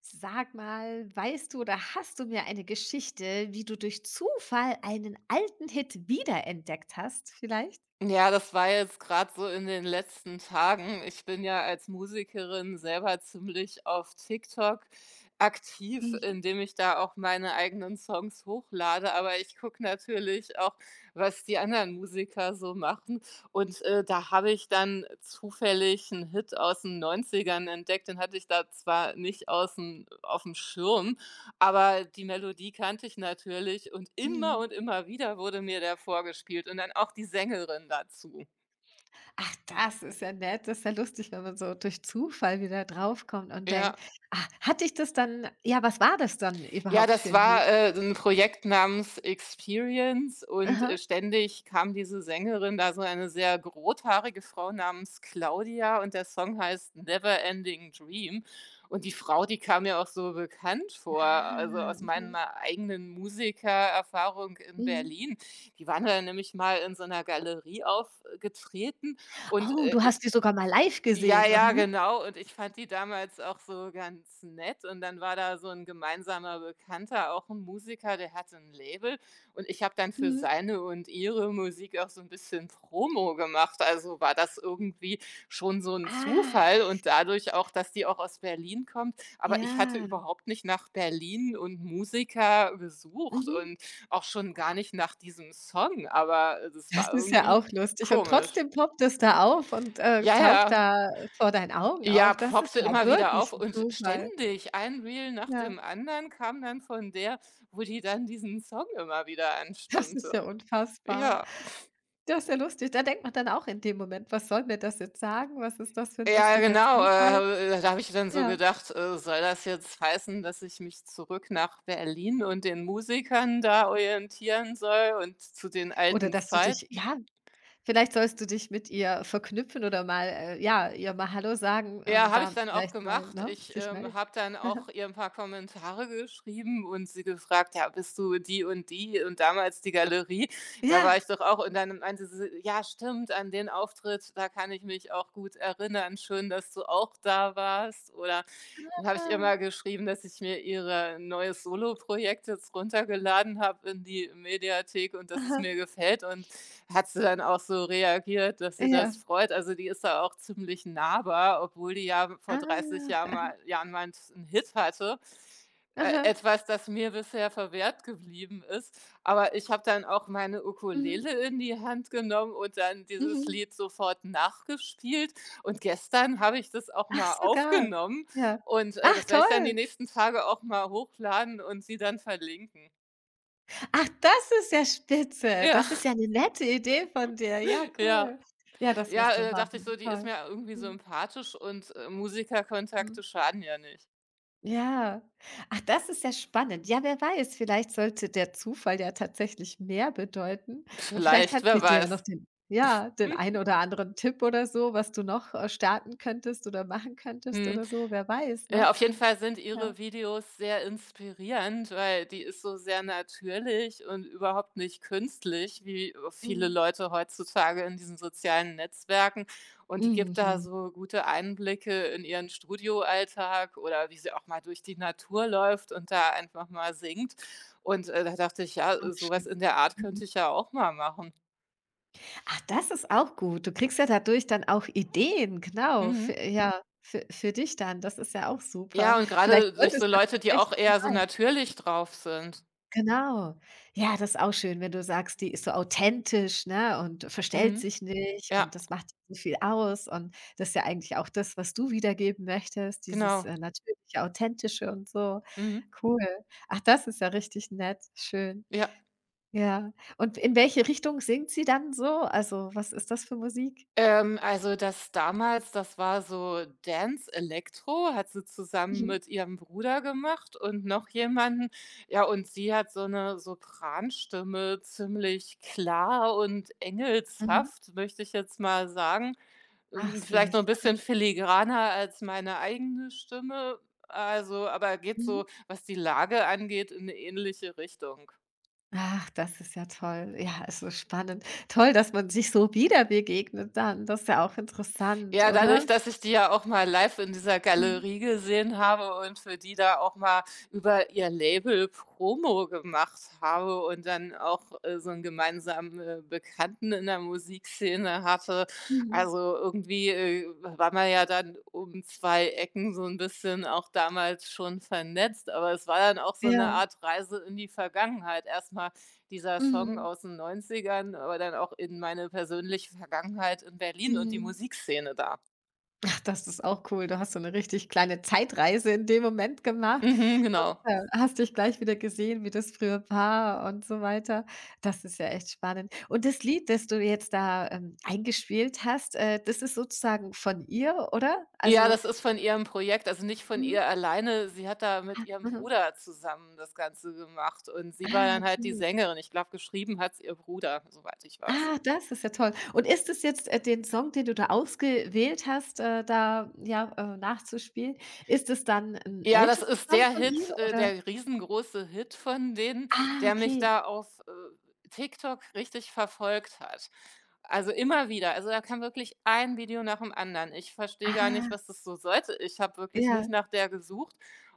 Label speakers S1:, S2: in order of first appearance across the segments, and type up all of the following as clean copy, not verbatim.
S1: Sag mal, weißt du oder hast du mir eine Geschichte, wie du durch Zufall einen alten Hit wiederentdeckt hast, vielleicht?
S2: Ja, das war jetzt gerade so in den letzten Tagen. Ich bin ja als Musikerin selber ziemlich auf TikTok aktiv,
S1: Mhm.
S2: indem ich da auch meine eigenen Songs hochlade. Aber ich gucke natürlich auch, was die anderen Musiker so machen. Da habe ich dann zufällig einen Hit aus den Neunzigern entdeckt. Den hatte ich da zwar nicht außen auf dem Schirm, aber die Melodie kannte ich natürlich
S1: Mhm.
S2: und immer wieder wurde mir der vorgespielt und dann auch die Sängerin dazu.
S1: Ach, das ist ja nett. Das ist ja lustig, wenn man so durch Zufall wieder draufkommt und
S2: Ja.
S1: denkt: „Ah, hatte ich das dann ja, was war das dann
S2: Ja,
S1: überhaupt für
S2: das
S1: ein
S2: war
S1: Lied?“
S2: 'n Projekt namens „Experience“ und,
S1: Aha.
S2: ständig kam diese Sängerin, da so eine sehr rothaarige Frau namens Claudia, und der Song heißt „Never Ending Dream“, und die Frau, die kam mir auch so bekannt vor,
S1: Ah,
S2: also aus
S1: mhm,
S2: meiner eigenen Musikererfahrung in
S1: mhm.
S2: Berlin. Die waren da nämlich mal in so einer Galerie aufgetreten und,
S1: Oh, du
S2: äh
S1: hast die sogar mal live
S2: ja,
S1: gesehen, oder
S2: ja,
S1: wie?
S2: genau. Und ich fand die damals auch so ganz nett. Und dann war da so ein gemeinsamer Bekannter, auch ein Musiker, der hatte ein Label. Und ich habe dann für
S1: Mhm.
S2: seine und ihre Musik auch so ein bisschen Promo gemacht. Also, war das irgendwie schon so ein
S1: Ah,
S2: Zufall und dadurch auch, dass die auch aus Berlin kommt. Aber ich hatte
S1: ja.
S2: überhaupt nicht nach Berlin und Musiker gesucht
S1: Mhm.
S2: und auch schon gar nicht nach diesem Song, aber es
S1: Das
S2: war
S1: ist ja
S2: irgendwie
S1: auch lustig und
S2: komisch.
S1: trotzdem poppt es da auf und,
S2: Ja,
S1: taucht
S2: ja.
S1: da vor deinen Augen
S2: Ja,
S1: auf. Das ist
S2: poppte
S1: ja
S2: immer wieder
S1: wirklich
S2: auf
S1: 'n
S2: und
S1: Zufall.
S2: ständig ein Reel nach
S1: Ja,
S2: dem anderen kam dann von der, wo die dann diesen Song immer wieder
S1: das ist ja
S2: anstimmte.
S1: unfassbar.
S2: Ja.
S1: Das ist ja lustig. Da denkt man dann auch in dem Moment: „Was soll mir das jetzt sagen? Was ist das für 'n
S2: Ja,
S1: lustiger
S2: genau.
S1: Zufall?“
S2: Da habe ich dann so
S1: Ja.
S2: gedacht, soll das jetzt heißen, dass ich mich zurück nach Berlin und den Musikern da orientieren soll und zu den
S1: Oder
S2: alten
S1: dass du dich
S2: Zeiten?
S1: ja, vielleicht sollst du dich mit ihr verknüpfen oder mal ja, ihr mal Hallo sagen und
S2: Ja, habe ich
S1: da
S2: dann auch
S1: vielleicht mal,
S2: gemacht.
S1: ne,
S2: Ich
S1: sich melden.
S2: habe dann auch ihr ein paar Kommentare geschrieben und sie gefragt: „Ja, bist du die und die und damals die Galerie? Da
S1: Ja,
S2: war ich doch auch“, und dann meinte sie: „Ja, stimmt, an den Auftritt, da kann ich mich auch gut erinnern. Schön, dass du auch da warst.“ Oder dann habe ich ihr
S1: ah,
S2: mal geschrieben, dass ich mir ihre neues Solo-Projekt jetzt runtergeladen habe in die Mediathek und dass es
S1: aha,
S2: mir gefällt, und hat sie dann auch so reagiert, dass sie
S1: ja,
S2: das freut. Also, die ist da auch ziemlich nahbar, obwohl die ja vor 30 Jahren
S1: ah,
S2: mal 'n Hit hatte.
S1: aha,
S2: Etwas, das mir bisher verwehrt geblieben ist. Aber ich habe dann auch meine
S1: mhm,
S2: Ukulele in die Hand genommen und dann dieses
S1: mhm.
S2: Lied sofort nachgespielt, und gestern habe ich das auch
S1: Ach,
S2: mal
S1: sogar.
S2: aufgenommen,
S1: Ja.
S2: und,
S1: Ach
S2: das werde ich dann die
S1: toll.
S2: nächsten Tage auch mal hochladen und sie dann verlinken.
S1: Ach, das ist ja spitze.
S2: Ja,
S1: Das ist ja 'ne nette Idee von dir. Ja, cool.
S2: ja.
S1: Ja, das
S2: Ja,
S1: musst du
S2: dachte ich so,
S1: machen.
S2: die ist
S1: Toll.
S2: mir irgendwie
S1: Mhm,
S2: sympathisch, und,
S1: mhm.
S2: Musikerkontakte schaden ja nicht.
S1: Ja. Ach, das ist ja spannend. Ja, wer weiß, vielleicht sollte der Zufall ja tatsächlich mehr bedeuten und vielleicht
S2: Vielleicht,
S1: hat
S2: wer
S1: sie dir ja noch
S2: weiß.
S1: den ja, den einen oder anderen Tipp oder so, was du noch, starten könntest oder machen könntest
S2: Mhm.
S1: oder so, wer weiß, ne?
S2: Ja, auf jeden Fall sind
S1: Ja.
S2: ihre Videos sehr inspirierend, weil die ist so sehr natürlich und überhaupt nicht künstlich, wie viele
S1: Mhm.
S2: Leute heutzutage in diesen sozialen Netzwerken. Und die gibt da
S1: Mhm.
S2: so gute Einblicke in ihren Studioalltag oder wie sie auch mal durch die Natur läuft und da einfach mal singt. Und da dachte ich,
S1: Auch
S2: ja, sowas
S1: schön.
S2: in der Art
S1: Mhm.
S2: könnte ich ja auch mal machen.
S1: Ach, das ist auch gut. Du kriegst ja dadurch dann auch Ideen, genau, für
S2: Mhm.
S1: ja, für dich dann. Das ist ja auch super.
S2: Ja, und
S1: Vielleicht
S2: gerade durch
S1: sollte es
S2: so
S1: ja
S2: Leute, die auch
S1: tatsächlich so
S2: eher so
S1: sein.
S2: natürlich drauf sind.
S1: Genau. Ja, das ist auch schön, wenn du sagst, die ist so authentisch, ne, und verstellt
S2: Mhm.
S1: sich nicht
S2: Ja,
S1: und das macht so viel aus und das ist ja eigentlich auch das, was du wiedergeben möchtest, dieses,
S2: genau.
S1: natürliche, authentische und so.
S2: Mhm.
S1: Cool. Ach, das ist ja richtig nett. Schön.
S2: Ja.
S1: Ja. Und in welche Richtung singt sie dann so? Also, was ist das für Musik?
S2: Also das damals, das war so Dance Electro, hat sie zusammen
S1: Mhm.
S2: mit ihrem Bruder gemacht und noch jemanden. Ja, und sie hat so eine Sopranstimme, ziemlich klar und
S1: Mhm.
S2: engelshaft, möchte ich jetzt mal sagen.
S1: Ach
S2: Vielleicht noch
S1: süß.
S2: ein bisschen filigraner als meine eigene Stimme, also aber geht
S1: Mhm.
S2: so, was die Lage angeht, in eine ähnliche Richtung.
S1: Ach, das ist ja toll. Ja, ist so spannend. Toll, dass man sich so wieder begegnet dann. Das ist ja auch interessant,
S2: Ja,
S1: oder?
S2: dadurch, dass ich die ja auch mal live in dieser
S1: Mhm.
S2: Galerie gesehen habe und für die da auch mal über ihr Label Promo gemacht habe und dann auch, so einen gemeinsamen, Bekannten in der Musikszene hatte.
S1: Mhm.
S2: Also, irgendwie, war man ja dann um 2 Ecken so ein bisschen auch damals schon vernetzt, aber es war dann auch so eine
S1: Ja.
S2: Art Reise in die Vergangenheit. Erstmal dieser Song
S1: Mhm.
S2: aus den Neunzigern, aber dann auch in meine persönliche Vergangenheit in Berlin und die
S1: Mhm.
S2: Musikszene da.
S1: Ach, das ist auch cool. Du hast so eine richtig kleine Zeitreise in dem Moment gemacht
S2: Mhm,
S1: und,
S2: genau.
S1: hast dich gleich wieder gesehen, wie das früher war und so weiter. Das ist ja echt spannend. Und das Lied, das du jetzt da, eingespielt hast, das ist sozusagen von ihr, oder?
S2: Ja,
S1: Also
S2: das ist von ihrem Projekt, also nicht von ihr
S1: mhm.
S2: alleine. Sie hat da mit
S1: Ah,
S2: ihrem
S1: mhm.
S2: Bruder zusammen das Ganze gemacht und sie war
S1: Ah,
S2: dann halt die
S1: okay.
S2: Sängerin. Ich glaube, geschrieben hat es ihr Bruder, soweit ich weiß.
S1: Ah, das ist ja toll. Und ist es jetzt, den Song, den du da ausgewählt hast, da, ja, nachzuspielen, ist es dann ein
S2: Ja, das
S1: älterer
S2: ist
S1: Song
S2: der
S1: von ihr
S2: Hit,
S1: oder?
S2: der riesengroße Hit von denen,
S1: Ah,
S2: der mich
S1: okay.
S2: da auf, TikTok richtig verfolgt hat. Also, immer wieder. Also, da kam wirklich ein Video nach dem anderen. Ich verstehe gar
S1: Ah,
S2: nicht, was das so sollte. Ich habe wirklich nicht
S1: ja.
S2: nach der gesucht,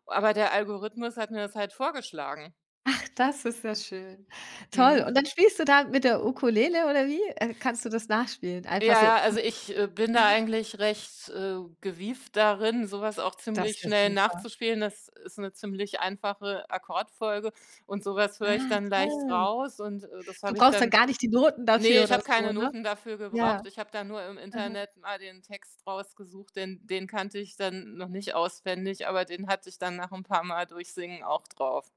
S2: aber der Algorithmus hat mir das halt vorgeschlagen.
S1: Ach, das ist ja schön. Toll.
S2: Mhm.
S1: Und dann spielst du da mit der Ukulele oder wie, kannst du das nachspielen? Einfach
S2: Ja,
S1: so
S2: ja, also ich, bin da
S1: mhm,
S2: eigentlich recht, gewieft darin, sowas auch
S1: das
S2: ziemlich
S1: ist ja
S2: schnell
S1: super.
S2: nachzuspielen. Das ist eine ziemlich einfache Akkordfolge und sowas höre ich
S1: Ah,
S2: dann leicht
S1: toll.
S2: raus, und, das
S1: Du
S2: habe ich
S1: brauchst dann
S2: dann
S1: gar nicht die Noten
S2: ne,
S1: dafür
S2: ich
S1: oder
S2: habe
S1: so,
S2: keine
S1: ne?
S2: Noten dafür
S1: Ja.
S2: gebraucht. Ich habe da nur im Internet mal den Text rausgesucht, den kannte ich dann noch nicht auswendig, aber den hatte ich dann nach ein paar Mal durchsingen auch drauf.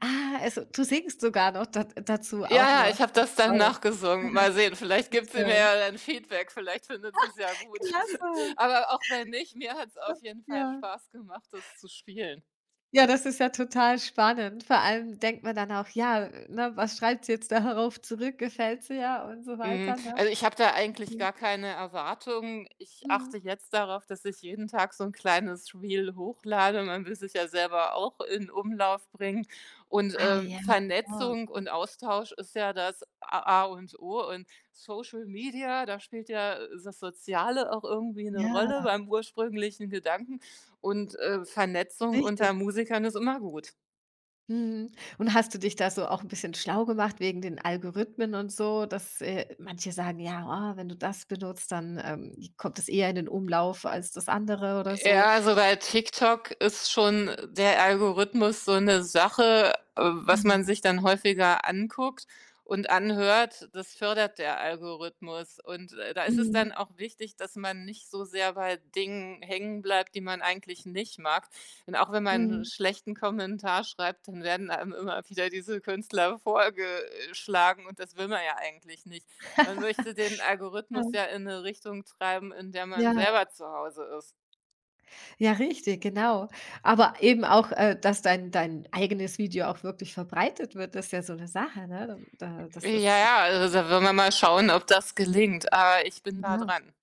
S1: Ah, also, du singst sogar noch da dazu auch
S2: Ja, ja,
S1: noch.
S2: ich habe das dann
S1: Toll.
S2: nachgesungen.
S1: Aha,
S2: Mal sehen, vielleicht
S1: das,
S2: gibt sie
S1: äh
S2: mir ja dann Feedback, vielleicht findet sie's ja gut.
S1: klasse.
S2: Aber auch wenn nicht, mir hat's
S1: Das
S2: auf jeden Fall
S1: ja.
S2: Spaß gemacht, das zu spielen.
S1: Ja, das ist ja total spannend. Vor allem denkt man dann auch: „Ja, ne, was schreibt sie jetzt darauf zurück? Gefällt sie ja und so
S2: Mhm,
S1: weiter, ne?
S2: also, ich habe da eigentlich
S1: Mhm.
S2: gar keine Erwartungen. Ich
S1: Mhm.
S2: achte jetzt darauf, dass ich jeden Tag so ein kleines Reel hochlade. Man will sich ja selber auch in Umlauf bringen. Und,
S1: Ah ja, genau.
S2: Vernetzung und Austausch ist ja das A A und O. Und Social Media, da spielt ja, das Soziale auch irgendwie eine
S1: Ja,
S2: Rolle beim ursprünglichen Gedanken. Und, Vernetzung
S1: richtig.
S2: unter Musikern ist immer gut.
S1: Mhm. Und hast du dich da so auch 'n bisschen schlau gemacht wegen den Algorithmen und so, dass, manche sagen: „Ja, ah, wenn du das benutzt, dann, kommt es eher in den Umlauf als das andere“ oder so?
S2: Ja, also bei TikTok ist schon der Algorithmus so 'ne Sache, was man
S1: Mhm.
S2: sich dann häufiger anguckt und anhört. Das fördert der Algorithmus. Und, da ist es
S1: Mhm.
S2: dann auch wichtig, dass man nicht so sehr bei Dingen hängen bleibt, die man eigentlich nicht mag. Denn auch wenn man 'n
S1: Mhm.
S2: schlechten Kommentar schreibt, dann werden einem immer wieder diese Künstler vorgeschlagen und das will man ja eigentlich nicht. Man möchte den Algorithmus ja in 'ne Richtung treiben, in der
S1: Ja,
S2: man
S1: ja,
S2: selber zu Hause ist.
S1: ja, richtig, genau. Aber eben auch, dass dein eigenes Video auch wirklich verbreitet wird, das ist ja so eine Sache, ne? Da das
S2: Ja,
S1: ist
S2: ja, also da wollen wir mal schauen, ob das gelingt, aber ich bin da
S1: ja
S2: dran.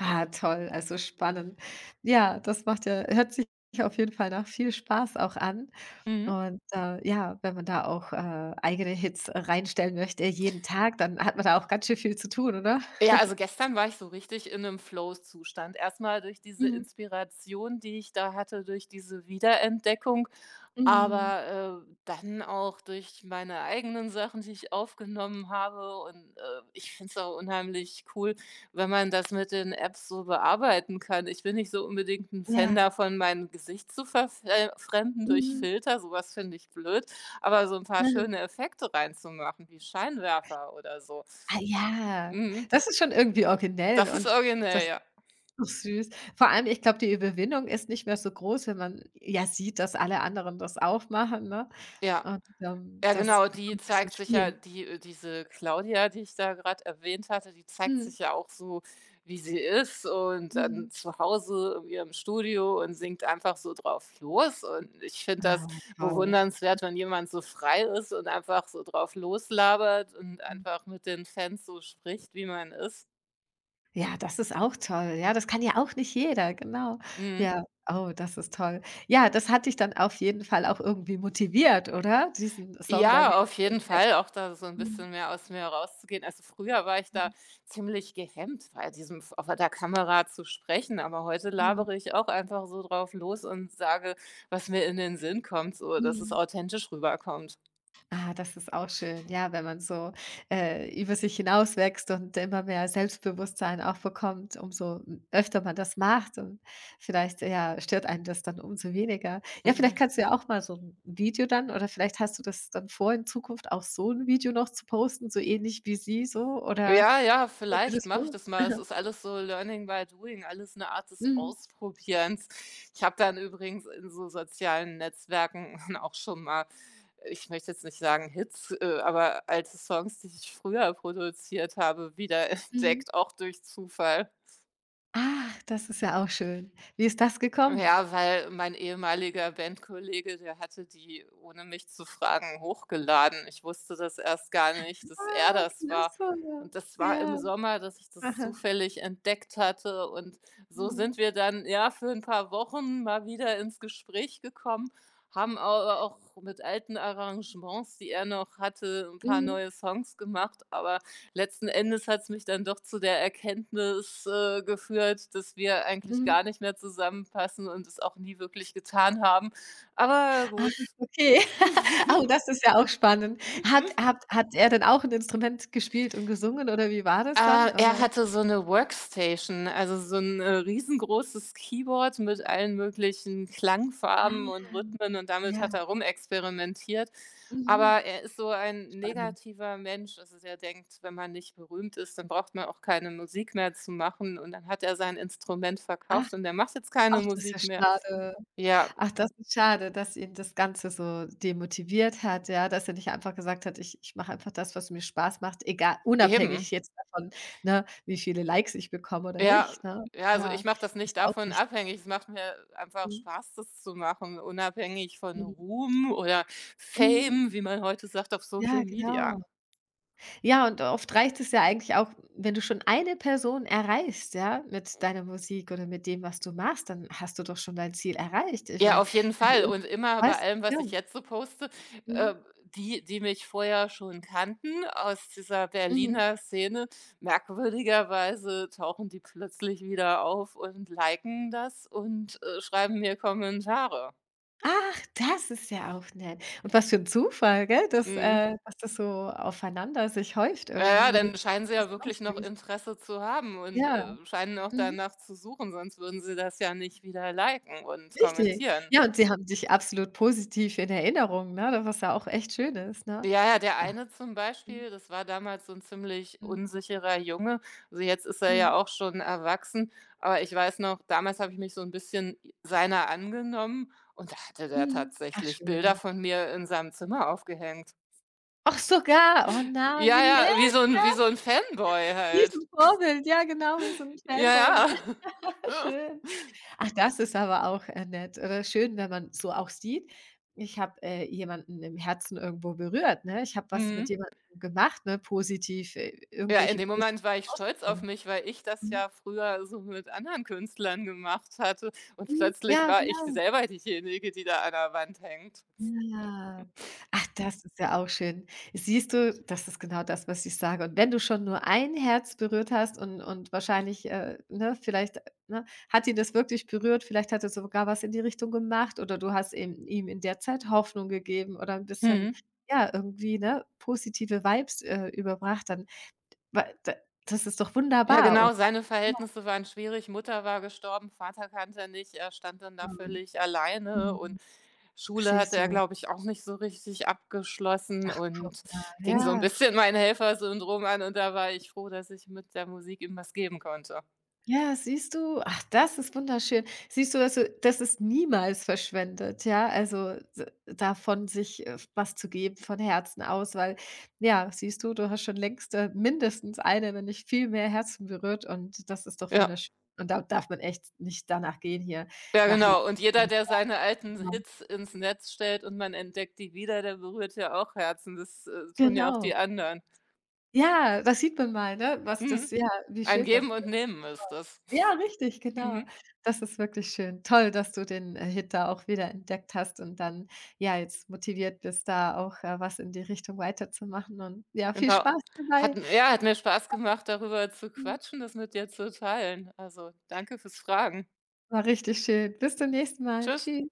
S1: Ah, toll, also spannend. Ja, das macht ja hört sich auf jeden Fall nach viel Spaß auch an.
S2: Mhm.
S1: Und, ja, wenn man da auch, eigene Hits reinstellen möchte jeden Tag, dann hat man da auch ganz schön viel zu tun, oder?
S2: Ja, also gestern war ich so richtig in einem Flow-Zustand. Erst mal durch diese
S1: Mhm.
S2: Inspiration, die ich da hatte, durch diese Wiederentdeckung.
S1: Mhm.
S2: Aber, dann auch durch meine eigenen Sachen, die ich aufgenommen habe, und, ich finde es auch unheimlich cool, wenn man das mit den Apps so bearbeiten kann. Ich bin nicht so unbedingt ein Fan
S1: Ja.
S2: davon, mein Gesicht zu verfremden durch
S1: Mhm.
S2: Filter, so was finde ich blöd, aber so ein paar schöne Effekte reinzumachen, wie Scheinwerfer oder so.
S1: Ah ja,
S2: Mhm.
S1: das ist schon irgendwie originell
S2: Das ist
S1: und das
S2: originell,
S1: ist
S2: ja.
S1: so süß. Vor allem, ich glaube, die Überwindung ist nicht mehr so groß, wenn man ja sieht, dass alle anderen das auch machen, ne?
S2: Ja.
S1: Und,
S2: Ja,
S1: das
S2: genau,
S1: da kann man
S2: die
S1: 'n bisschen
S2: zeigt sich ja
S1: spielen.
S2: die diese Claudia, die ich da gerade erwähnt hatte, die zeigt
S1: Mhm,
S2: sich ja auch so, wie sie ist und dann
S1: mhm.
S2: zu Hause in ihrem Studio und singt einfach so drauf los. Und ich finde
S1: Ah,
S2: das
S1: toll.
S2: bewundernswert, wenn jemand so frei ist und einfach so drauf loslabert und
S1: Mhm.
S2: einfach mit den Fans so spricht, wie man ist.
S1: Ja, das ist auch toll. Ja, das kann ja auch nicht jeder, genau.
S2: Mhm.
S1: Ja, oh, das ist toll. Ja, das hat dich dann auf jeden Fall auch irgendwie motiviert, oder? Diesen Song da
S2: Ja,
S1: wieder
S2: auf
S1: zu
S2: jeden
S1: entdecken.
S2: Fall, auch da so ein
S1: Mhm,
S2: bisschen mehr aus mir rauszugehen. Also, früher war ich da
S1: mhm,
S2: ziemlich gehemmt, bei diesem v vor der Kamera zu sprechen, aber heute
S1: mhm,
S2: labere ich auch einfach so drauf los und sage, was mir in den Sinn kommt, so dass es
S1: mhm.
S2: authentisch rüberkommt.
S1: Ah, das ist auch schön. Ja, wenn man so, über sich hinauswächst und immer mehr Selbstbewusstsein auch bekommt, umso öfter man das macht und vielleicht, ja, stört einen das dann umso weniger. Ja, vielleicht
S2: Mhm.
S1: kannst du ja auch mal so ein Video dann oder vielleicht hast du das dann vor, in Zukunft auch so ein Video noch zu posten, so ähnlich wie sie so oder
S2: Ja, ja,
S1: wie du
S2: vielleicht
S1: das
S2: mache ich
S1: vor?
S2: das mal. Es
S1: Aha.
S2: ist alles so Learning by Doing, alles eine Art des
S1: Mhm.
S2: Ausprobierens. Ich habe dann übrigens in so sozialen Netzwerken auch schon mal ich möchte jetzt nicht sagen Hits, aber alte Songs, die ich früher produziert habe,
S1: Mhm.
S2: wiederentdeckt, auch durch Zufall.
S1: Ach, das ist ja auch schön. Wie ist das gekommen?
S2: Ja, weil mein ehemaliger Bandkollege, der hatte die, ohne mich zu fragen, hochgeladen. Ich wusste das erst gar nicht, dass er
S1: Ah,
S2: das war.
S1: klasse.
S2: Und das war im
S1: Ja.
S2: Sommer, dass ich das
S1: Aha.
S2: zufällig entdeckt hatte. Und so
S1: Mhm.
S2: sind wir dann, ja, für ein paar Wochen mal wieder ins Gespräch gekommen, haben aber auch mit alten Arrangements, die er noch hatte, ein paar
S1: Mhm.
S2: neue Songs gemacht. Aber letzten Endes hat's mich dann doch zu der Erkenntnis, geführt, dass wir eigentlich
S1: Mhm.
S2: gar nicht mehr zusammenpassen und es auch nie wirklich getan haben. Aber
S1: Ah,
S2: gut.
S1: okay. Oh, das ist ja auch spannend. Hat er denn auch ein Instrument gespielt und gesungen oder wie war das dann, oder?
S2: Er hatte so 'ne Workstation, also so 'n, riesengroßes Keyboard mit allen möglichen Klangfarben
S1: Ah,
S2: und Rhythmen, und damit
S1: ja,
S2: hat er rumexperimentiert.
S1: mhm,
S2: Aber er ist so ein
S1: spannend.
S2: negativer Mensch, also der denkt, wenn man nicht berühmt ist, dann braucht man auch keine Musik mehr zu machen, und dann hat er sein Instrument
S1: Ach,
S2: verkauft und er macht jetzt
S1: ach,
S2: keine
S1: das ist ja
S2: Musik mehr.
S1: schade.
S2: Ja,
S1: Ach, das ist schade, dass ihn das Ganze so demotiviert hat, ja, dass er nicht einfach gesagt hat: „Ich mache einfach das, was mir Spaß macht, egal
S2: eben.
S1: unabhängig jetzt davon, ne, wie viele Likes ich bekomme oder
S2: Ja,
S1: nicht“, ne?
S2: ja, also ich
S1: Ja,
S2: mache das
S1: ist
S2: nicht
S1: ja auch
S2: davon
S1: wichtig.
S2: abhängig. Es macht mir einfach
S1: Mhm,
S2: Spaß, das zu machen, unabhängig von
S1: mhm.
S2: Ruhm oder
S1: Mhm.
S2: Fame, wie man heute sagt, auf
S1: Ja,
S2: Social Media.
S1: genau. Ja, und oft reicht es ja eigentlich auch, wenn du schon eine Person erreichst, ja, mit deiner Musik oder mit dem, was du machst, dann hast du doch schon dein Ziel erreicht. Ich
S2: Ja,
S1: meine,
S2: auf jeden
S1: wenn du
S2: Fall.
S1: irg
S2: Und immer bei
S1: weißt
S2: allem,
S1: ja,
S2: was ich jetzt so poste,
S1: mhm,
S2: äh, die, die mich vorher schon kannten aus dieser
S1: mhm.
S2: Berliner Szene, merkwürdigerweise tauchen die plötzlich wieder auf und liken das und schreiben mir Kommentare.
S1: Ach, das ist ja auch nett. Und was für ein Zufall, gell, dass,
S2: Mhm.
S1: dass das so aufeinander sich häuft
S2: Ja, ja,
S1: irgendwie.
S2: dann scheinen sie
S1: Das
S2: ja
S1: ist auch
S2: wirklich noch
S1: süß.
S2: Interesse zu haben und,
S1: Ja,
S2: scheinen auch
S1: mhm,
S2: danach zu suchen, sonst würden sie das ja nicht wieder liken und
S1: richtig.
S2: kommentieren.
S1: Ja, und sie haben dich absolut positiv in Erinnerung, ne, das was ja auch echt schön ist, ne?
S2: Ja, ja, der
S1: Ja.
S2: eine zum
S1: Mhm,
S2: Beispiel, das war damals so ein ziemlich
S1: mhm,
S2: unsicherer Junge. Also, jetzt ist er
S1: mhm,
S2: ja auch schon erwachsen, aber ich weiß noch, damals habe ich mich so ein bisschen seiner angenommen und da hatte der
S1: mhm. Ach
S2: tatsächlich Bilder
S1: schön.
S2: von mir in seinem Zimmer aufgehängt.
S1: Ach, sogar. Oh na, wie
S2: Ja, ja, wie
S1: nett,
S2: so ein wie so ein Fanboy
S1: wie so
S2: halt.
S1: 'n Vorbild. Ja, genau, wie so 'n
S2: Ja,
S1: Fanboy, genau,
S2: ja.
S1: schön. Ach, das ist aber auch, nett oder schön, wenn man so auch sieht, ich habe, jemanden im Herzen irgendwo berührt, ne? Ich habe was mit
S2: Mhm.
S1: jemandem gemacht, ne, positiv,
S2: Ja, in
S1: irgendwelche
S2: dem Moment war
S1: positiven
S2: ich stolz auf
S1: Auswirkungen.
S2: mich, weil ich das
S1: Mhm.
S2: ja früher so mit anderen Künstlern gemacht hatte und
S1: Mhm.
S2: plötzlich
S1: Ja,
S2: war ich
S1: genau.
S2: selber diejenige, die da an der Wand hängt.
S1: Ja. Ach, das ist ja auch schön. Siehst du, das ist genau das, was ich sage. Und wenn du schon nur ein Herz berührt hast und wahrscheinlich, ne, vielleicht, ne, hat ihn das wirklich berührt, vielleicht hat er sogar was in die Richtung gemacht oder du hast ihm in der Zeit Hoffnung gegeben oder ein bisschen,
S2: Mhm.
S1: ja, irgendwie, ne, positive Vibes, überbracht, dann wa da das ist doch
S2: Ja,
S1: wunderbar, oder?
S2: genau, seine
S1: Ja.
S2: Verhältnisse waren schwierig. Mutter war gestorben, Vater kannte er nicht, er stand dann da
S1: Mhm.
S2: völlig alleine und
S1: Mhm.
S2: Schule
S1: Siehst
S2: hatte er,
S1: du.
S2: glaube ich, auch nicht so richtig abgeschlossen
S1: Ach, guck
S2: und
S1: mal,
S2: ging so ein
S1: ja.
S2: bisschen mein Helfersyndrom an, und da war ich froh, dass ich mit der Musik ihm was geben konnte.
S1: Ja, siehst du? Ach, das ist wunderschön. Siehst du, dass du das ist niemals verschwendet, ja? Also, d davon sich, was zu geben von Herzen aus, weil ja, siehst du, du hast schon längst, mindestens eine, wenn nicht viel mehr Herzen berührt und das ist doch
S2: Ja.
S1: wunderschön. Und da darf man echt nicht danach gehen hier,
S2: Ja,
S1: nach
S2: genau. Und jeder,
S1: Leistung.
S2: der seine alten
S1: Genau.
S2: Hits ins Netz stellt und man entdeckt die wieder, der berührt ja auch Herzen. Das, tun ja auch
S1: Genau.
S2: die anderen.
S1: Ja, das sieht man mal, ne, was das
S2: Mhm.
S1: ja, wie
S2: Ein
S1: schön das
S2: Geben und Nehmen ist das.
S1: Ja, richtig, genau.
S2: Mhm.
S1: Das ist wirklich schön. Toll, dass du den, Hit da auch wieder entdeckt hast und dann, ja, jetzt motiviert bist, da auch, was in die Richtung weiterzumachen und ja, viel
S2: Genau.
S1: Spaß dabei.
S2: Hat m Ja, hat mir Spaß gemacht, darüber zu
S1: Mhm.
S2: quatschen, das mit dir zu teilen. Also, danke fürs Fragen.
S1: War richtig schön. Bis zum nächsten Mal.
S2: Tschüss.
S1: Tschüss.